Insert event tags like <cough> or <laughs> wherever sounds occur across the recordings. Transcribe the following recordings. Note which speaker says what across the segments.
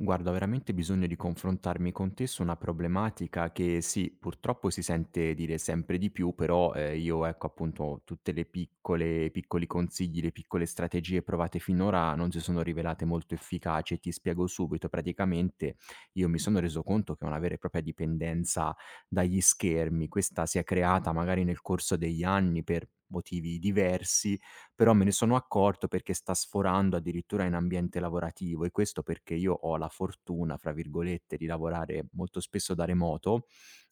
Speaker 1: Guarda, ho veramente bisogno di confrontarmi con te su una problematica che sì, purtroppo si sente dire sempre di più, però io ecco appunto tutte le piccole, i piccoli consigli, le piccole strategie provate finora non si sono rivelate molto efficaci. Ti spiego subito, praticamente io mi sono reso conto che ho una vera e propria dipendenza dagli schermi. Questa si è creata magari nel corso degli anni per motivi diversi, però me ne sono accorto perché sta sforando addirittura in ambiente lavorativo, e questo perché io ho la "fortuna", fra virgolette, di lavorare molto spesso da remoto.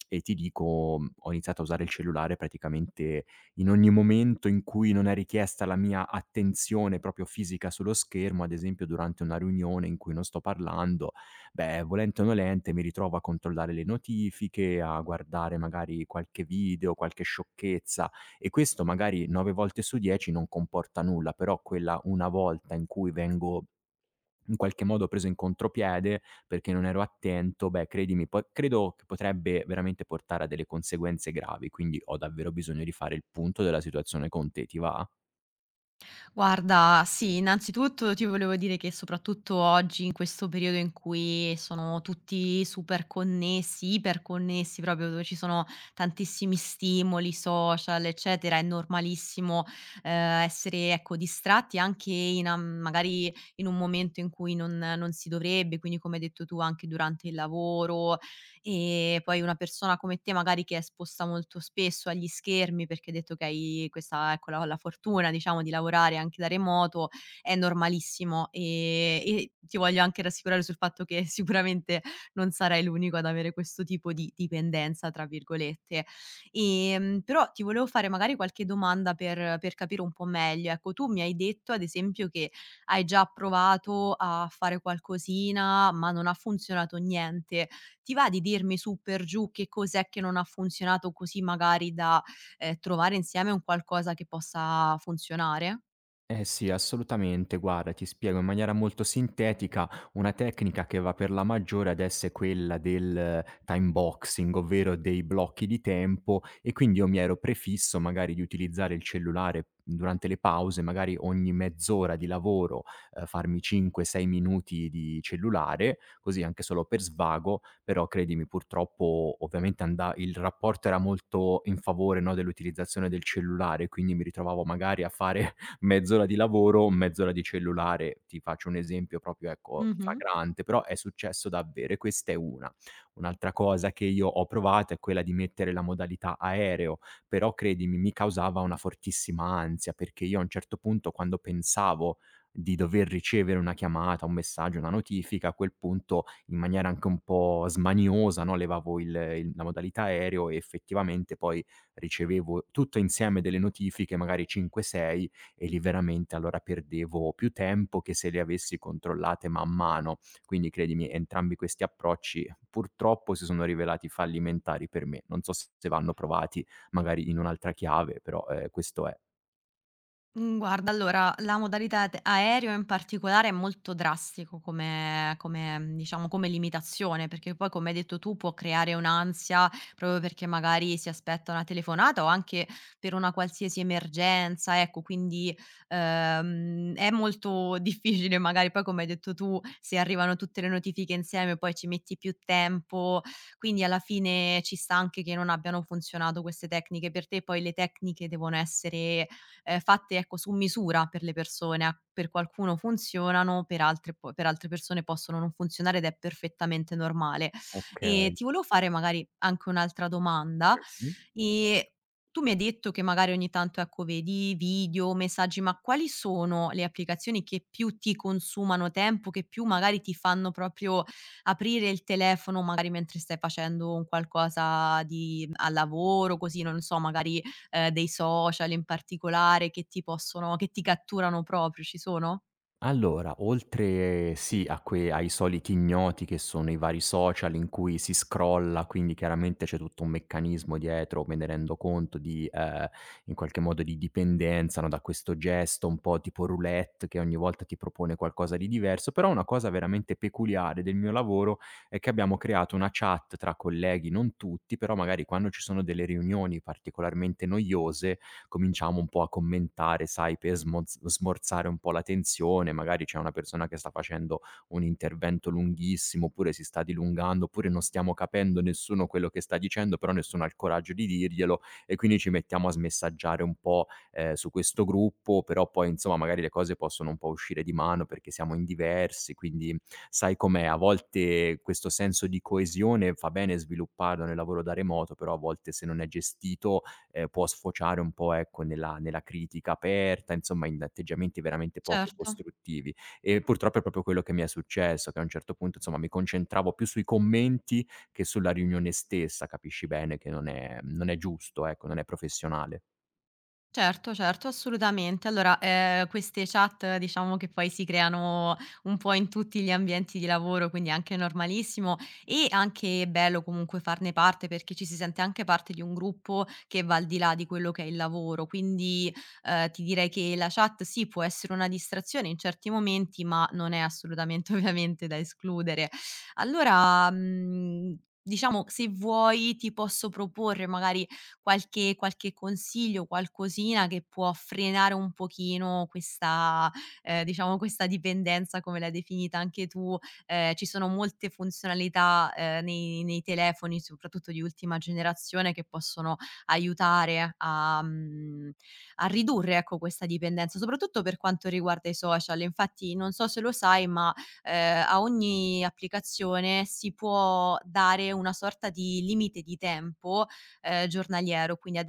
Speaker 1: E ti dico, ho iniziato a usare il cellulare praticamente in ogni momento in cui non è richiesta la mia attenzione proprio fisica sullo schermo, ad esempio durante una riunione in cui non sto parlando. Beh, volente o nolente mi ritrovo a controllare le notifiche, a guardare magari qualche video, qualche sciocchezza, e questo magari nove volte su dieci non comporta nulla, però quella una volta in cui vengo in qualche modo preso in contropiede perché non ero attento, beh, credimi po credo che potrebbe veramente portare a delle conseguenze gravi. Quindi ho davvero bisogno di fare il punto della situazione con te, ti va?
Speaker 2: Guarda, sì, innanzitutto ti volevo dire che soprattutto oggi, in questo periodo in cui sono tutti super connessi, iperconnessi, proprio dove ci sono tantissimi stimoli, social, eccetera, è normalissimo eh, essere ecco, distratti anche in, magari in un momento in cui non si dovrebbe, quindi come hai detto tu anche durante il lavoro, e poi una persona come te magari che è esposta molto spesso agli schermi, perché hai detto che hai questa ecco, la fortuna diciamo di lavorare anche da remoto, è normalissimo, e ti voglio anche rassicurare sul fatto che <laughs> sicuramente non sarai l'unico ad avere questo tipo di "dipendenza" tra virgolette. Però ti volevo fare magari qualche domanda per capire un po' meglio. Ecco, tu mi hai detto ad esempio che hai già provato a fare qualcosina, ma non ha funzionato niente. Ti va di dirmi su per giù che cos'è che non ha funzionato, così magari da, trovare insieme un qualcosa che possa funzionare?
Speaker 1: Eh sì, assolutamente. Guarda, ti spiego in maniera molto sintetica. Una tecnica che va per la maggiore adesso è quella del time boxing, ovvero dei blocchi di tempo, e quindi io mi ero prefisso magari di utilizzare il cellulare durante le pause, magari ogni mezz'ora di lavoro, farmi 5, 6 minuti di cellulare, così anche solo per svago. Però credimi, purtroppo ovviamente anda il rapporto era molto in favore, no, dell'utilizzazione del cellulare, quindi mi ritrovavo magari a fare mezz'ora di lavoro, mezz'ora di cellulare. Ti faccio un esempio proprio, ecco,
Speaker 2: Mh-mh.
Speaker 1: flagrante, però è successo davvero, e questa è una. Un'altra cosa che io ho provato è quella di mettere la modalità aereo, però credimi mi causava una fortissima ansia, perché io a un certo punto, quando pensavo di dover ricevere una chiamata, un messaggio, una notifica, a quel punto in maniera anche un po' smaniosa, no, levavo il la modalità aereo, e effettivamente poi ricevevo tutto insieme delle notifiche, magari 5, 6, e lì veramente allora perdevo più tempo che se le avessi controllate man mano. Quindi credimi, entrambi questi approcci purtroppo si sono rivelati fallimentari per me. Non so se vanno provati magari in un'altra chiave, però, questo è.
Speaker 2: Mhmm, guarda allora, la modalità t aereo in particolare è molto drastico come, diciamo, come limitazione, perché poi come hai detto tu può creare un'ansia, proprio perché magari si aspetta una telefonata o anche per una qualsiasi emergenza, ecco, quindi, è molto <laughs> difficile magari poi come hai detto tu, se arrivano tutte le notifiche insieme poi ci metti più tempo, quindi alla fine ci sta anche che non abbiano funzionato queste tecniche per te, poi le tecniche devono essere, fatte ecco su misura per le persone. A per qualcuno funzionano, per altre persone possono non funzionare ed è perfettamente normale. E
Speaker 1: Okay.
Speaker 2: ti volevo fare magari anche un'altra domanda,
Speaker 1: Mh.
Speaker 2: ehm, tu mi hai detto che magari ogni tanto, ecco, vedi video, messaggi, ma quali sono le applicazioni che più ti consumano tempo, che più magari ti fanno proprio aprire il telefono magari mentre stai facendo un qualcosa di al lavoro, così, non so, magari dei social in particolare che ti catturano proprio, ci sono?
Speaker 1: Allora, oltre sì, a que ai soliti ignoti che sono i vari social in cui si scrolla, quindi chiaramente c'è tutto un meccanismo dietro, me ne rendo conto, di in qualche modo di dipendenza, no, da questo gesto un po' tipo roulette che ogni volta ti propone qualcosa di diverso. Però una cosa veramente peculiare del mio lavoro è che abbiamo creato una chat tra colleghi, non tutti, però magari quando ci sono delle riunioni particolarmente noiose, cominciamo un po' a commentare, sai, per smoz smorzare un po' la tensione. Magari c'è una persona che sta facendo un intervento lunghissimo, oppure si sta dilungando, oppure non stiamo capendo nessuno quello che sta dicendo, però nessuno ha il coraggio di dirglielo, e quindi ci mettiamo a smessaggiare un po', su questo gruppo. Però poi insomma magari le cose possono un po' uscire di mano perché siamo in diversi, quindi sai com'è, a volte questo senso di coesione fa bene svilupparlo nel lavoro da remoto, però a volte, se non è gestito, può sfociare un po', ecco, nella critica aperta, insomma in atteggiamenti veramente poco
Speaker 2: Certo.
Speaker 1: costruttivi. E purtroppo è proprio quello che mi è successo, che a un certo punto, insomma, mi concentravo più sui commenti che sulla riunione stessa. Capisci bene che non è giusto, ecco, non è professionale.
Speaker 2: Certo, certo, assolutamente. Allora, queste chat diciamo che poi si creano un po' in tutti gli ambienti di lavoro, quindi è anche normalissimo e anche bello comunque farne parte perché ci si sente anche parte di un gruppo che va al di là di quello che è il lavoro. Quindi, ti direi che la chat sì, può essere una distrazione in certi momenti, ma non è assolutamente <laughs> ovviamente da escludere. Allora, diciamo se vuoi ti posso proporre magari qualche consiglio, qualcosina che può frenare un pochino questa diciamo questa dipendenza, come l'hai definita anche tu. Ci sono molte funzionalità, nei telefoni, soprattutto di ultima generazione, che possono aiutare a ridurre, ecco, questa dipendenza, soprattutto per quanto riguarda i social. Infatti, non so se lo sai, ma, a ogni applicazione si può dare una sorta di limite di tempo, giornaliero, quindi ad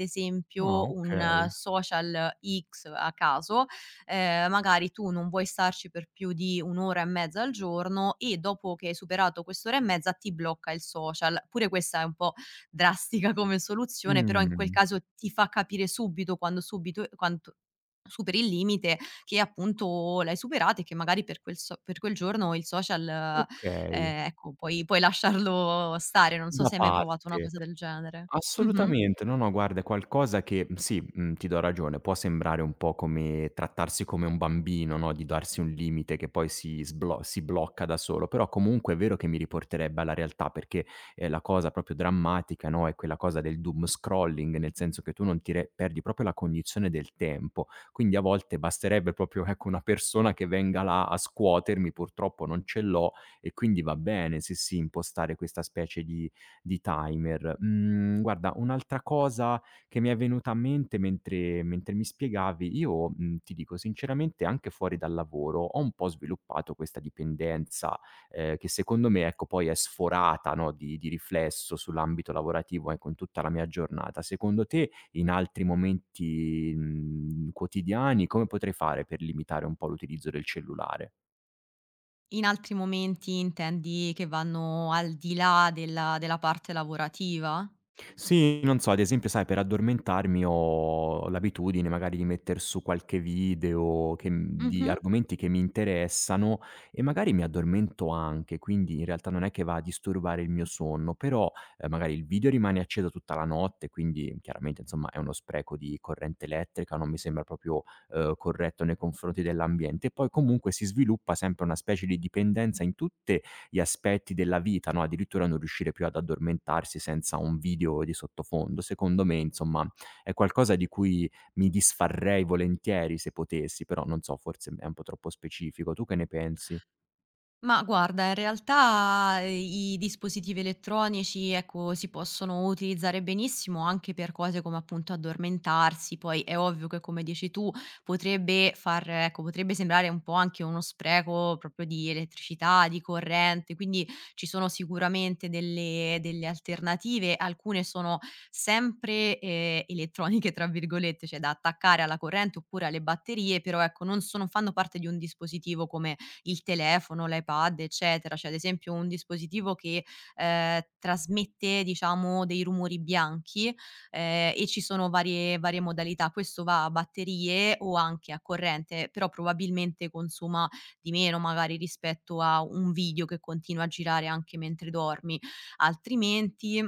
Speaker 1: Ah,
Speaker 2: esempio un
Speaker 1: okay.
Speaker 2: social X a caso, magari tu non vuoi starci per più di 1 ora e mezza al giorno e dopo che hai superato quest'ora e mezza ti blocca il social. Pure questa è un po' drastica come soluzione, però in quel
Speaker 1: Mh,
Speaker 2: caso ti fa capire subito quando subito quanto superi il limite che appunto l'hai superato e che magari per quel giorno il social,
Speaker 1: okay.
Speaker 2: ecco puoi lasciarlo stare. Non so
Speaker 1: Da
Speaker 2: se hai mai provato una
Speaker 1: parte.
Speaker 2: cosa del genere. Mh-mh.
Speaker 1: Assolutamente. No, no, guarda, è qualcosa che, sì, ti do ragione, può sembrare un po' come trattarsi come un bambino, no, di darsi un limite che poi si blocca da solo. Però comunque è vero che mi riporterebbe alla realtà, perché, la cosa proprio drammatica, no, è quella cosa del doom scrolling, nel senso che tu non ti re perdi proprio la cognizione del tempo. Quindi a volte basterebbe proprio, ecco, una persona che venga là a scuotermi, purtroppo non ce l'ho, e quindi va bene, sì, sì, impostare questa specie di timer. Mhmm, guarda, un'altra cosa che mi è venuta a mente mentre mi spiegavi, io, ti dico sinceramente, anche fuori dal lavoro ho un po' sviluppato questa dipendenza, che secondo me, ecco, poi è sforata, no, di riflesso sull'ambito lavorativo, ecco, in tutta la mia giornata. Secondo te in altri momenti, quotidiani, come potrei fare per limitare un po' l'utilizzo del cellulare?
Speaker 2: In altri momenti intendi che vanno al di là della parte lavorativa?
Speaker 1: Sì, non so, ad esempio, sai, per addormentarmi ho l'abitudine magari di metter su qualche video che m di
Speaker 2: Mh-mh.
Speaker 1: argomenti che mi interessano, e magari mi addormento anche, quindi in realtà non è che va a disturbare il mio sonno. Però, magari il video rimane acceso tutta la notte, quindi chiaramente, insomma, è uno spreco di corrente elettrica, non mi sembra proprio, corretto nei confronti dell'ambiente. E poi comunque si sviluppa sempre una specie di dipendenza in tutte gli aspetti della vita, no, addirittura non riuscire più ad addormentarsi senza un video di sottofondo. Secondo me, insomma, è qualcosa di cui mi disfarrei volentieri, se potessi, però non so, forse è un po' troppo specifico. Tu che ne pensi?
Speaker 2: Ma guarda, in realtà, i dispositivi elettronici, ecco, si possono utilizzare benissimo anche per cose come appunto addormentarsi, poi è ovvio che come dici tu potrebbe far ecco, potrebbe sembrare un po' anche uno spreco proprio di elettricità, di corrente, quindi ci sono sicuramente delle alternative, alcune sono sempre, "elettroniche" tra virgolette, cioè da attaccare alla corrente oppure alle batterie, però ecco non sono fanno parte di un dispositivo come il telefono, l'iPad, eccetera. Cioè, ad esempio, un dispositivo che, trasmette, diciamo, dei rumori bianchi, e ci sono varie modalità. Questo va a batterie o anche a corrente, però probabilmente consuma di meno, magari, rispetto a un video che continua a girare anche mentre dormi. Altrimenti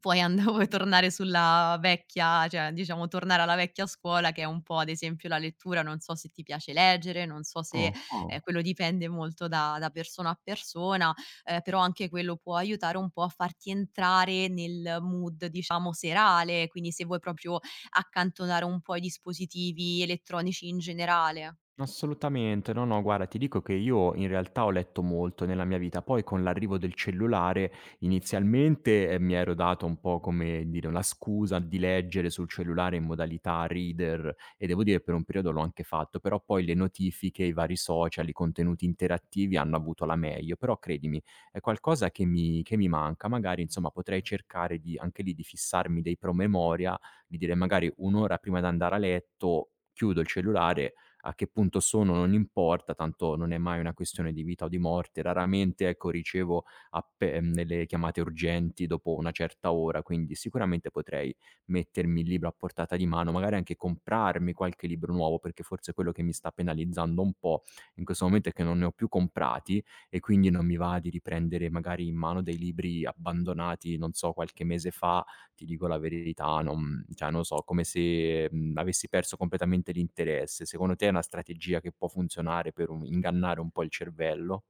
Speaker 2: Puoi and <laughs> puoi tornare sulla vecchia cioè, diciamo tornare alla vecchia scuola che è un po' ad esempio la lettura, non so se ti piace leggere, non so se
Speaker 1: Ah-ah.
Speaker 2: quello dipende molto da persona a persona, però anche quello può aiutare un po' a farti entrare nel mood diciamo serale, quindi se vuoi proprio accantonare un po' i dispositivi elettronici in generale.
Speaker 1: Assolutamente. No, no, guarda, ti dico che io in realtà ho letto molto nella mia vita. Poi con l'arrivo del cellulare, inizialmente, mi ero dato un po', come dire, la scusa di leggere sul cellulare in modalità reader, e devo dire per un periodo l'ho anche fatto, però poi le notifiche, i vari social, i contenuti interattivi hanno avuto la meglio. Però credimi, è qualcosa che mi manca. Magari, insomma, potrei cercare di anche lì di fissarmi dei promemoria, di dire magari un'ora ora prima d'andare a letto chiudo il cellulare, a che punto sono non importa, tanto non è mai una questione di vita o di morte. Raramente, ecco, ricevo appe delle chiamate urgenti dopo una certa ora, quindi sicuramente potrei mettermi il libro a portata di mano, magari anche comprarmi qualche libro nuovo, perché forse quello che mi sta penalizzando un po' in questo momento è che non ne ho più comprati, e quindi non mi va di riprendere magari in mano dei libri abbandonati, non so, qualche mese fa. Ti dico la verità, non, cioè non lo so, come se, avessi perso completamente l'interesse. Secondo te è una strategia che può funzionare per un ingannare un po' il cervello?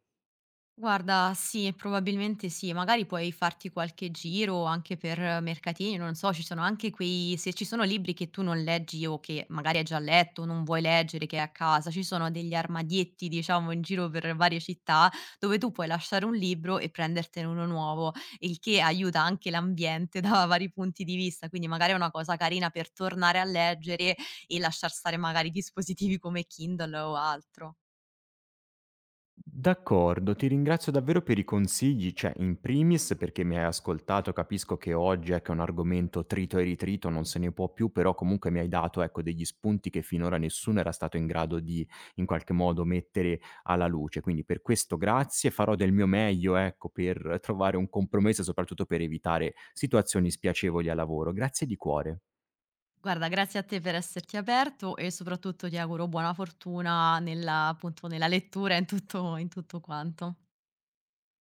Speaker 2: Guarda, sì, probabilmente sì. Magari puoi farti qualche giro anche per mercatini, non so, ci sono anche quei se ci sono libri che tu non leggi o che magari hai già letto, non vuoi leggere, che hai a casa, ci sono degli armadietti, diciamo, in giro per varie città dove tu puoi lasciare un libro e prendertene uno nuovo, il che aiuta anche l'ambiente <laughs> da vari punti di vista. Quindi magari è una cosa carina per tornare a leggere e lasciar stare magari dispositivi come Kindle o altro.
Speaker 1: D'accordo, ti ringrazio davvero per i consigli, cioè in primis perché mi hai ascoltato, capisco che oggi ecco, è un argomento trito e ritrito, non se ne può più, però comunque mi hai dato ecco, degli spunti che finora nessuno era stato in grado di in qualche modo mettere alla luce, quindi per questo grazie, farò del mio meglio ecco, per trovare un compromesso e soprattutto per evitare situazioni spiacevoli a lavoro. Grazie di cuore.
Speaker 2: Guarda, grazie a te per esserti aperto e soprattutto ti auguro buona fortuna nella appunto, nella lettura e in tutto quanto.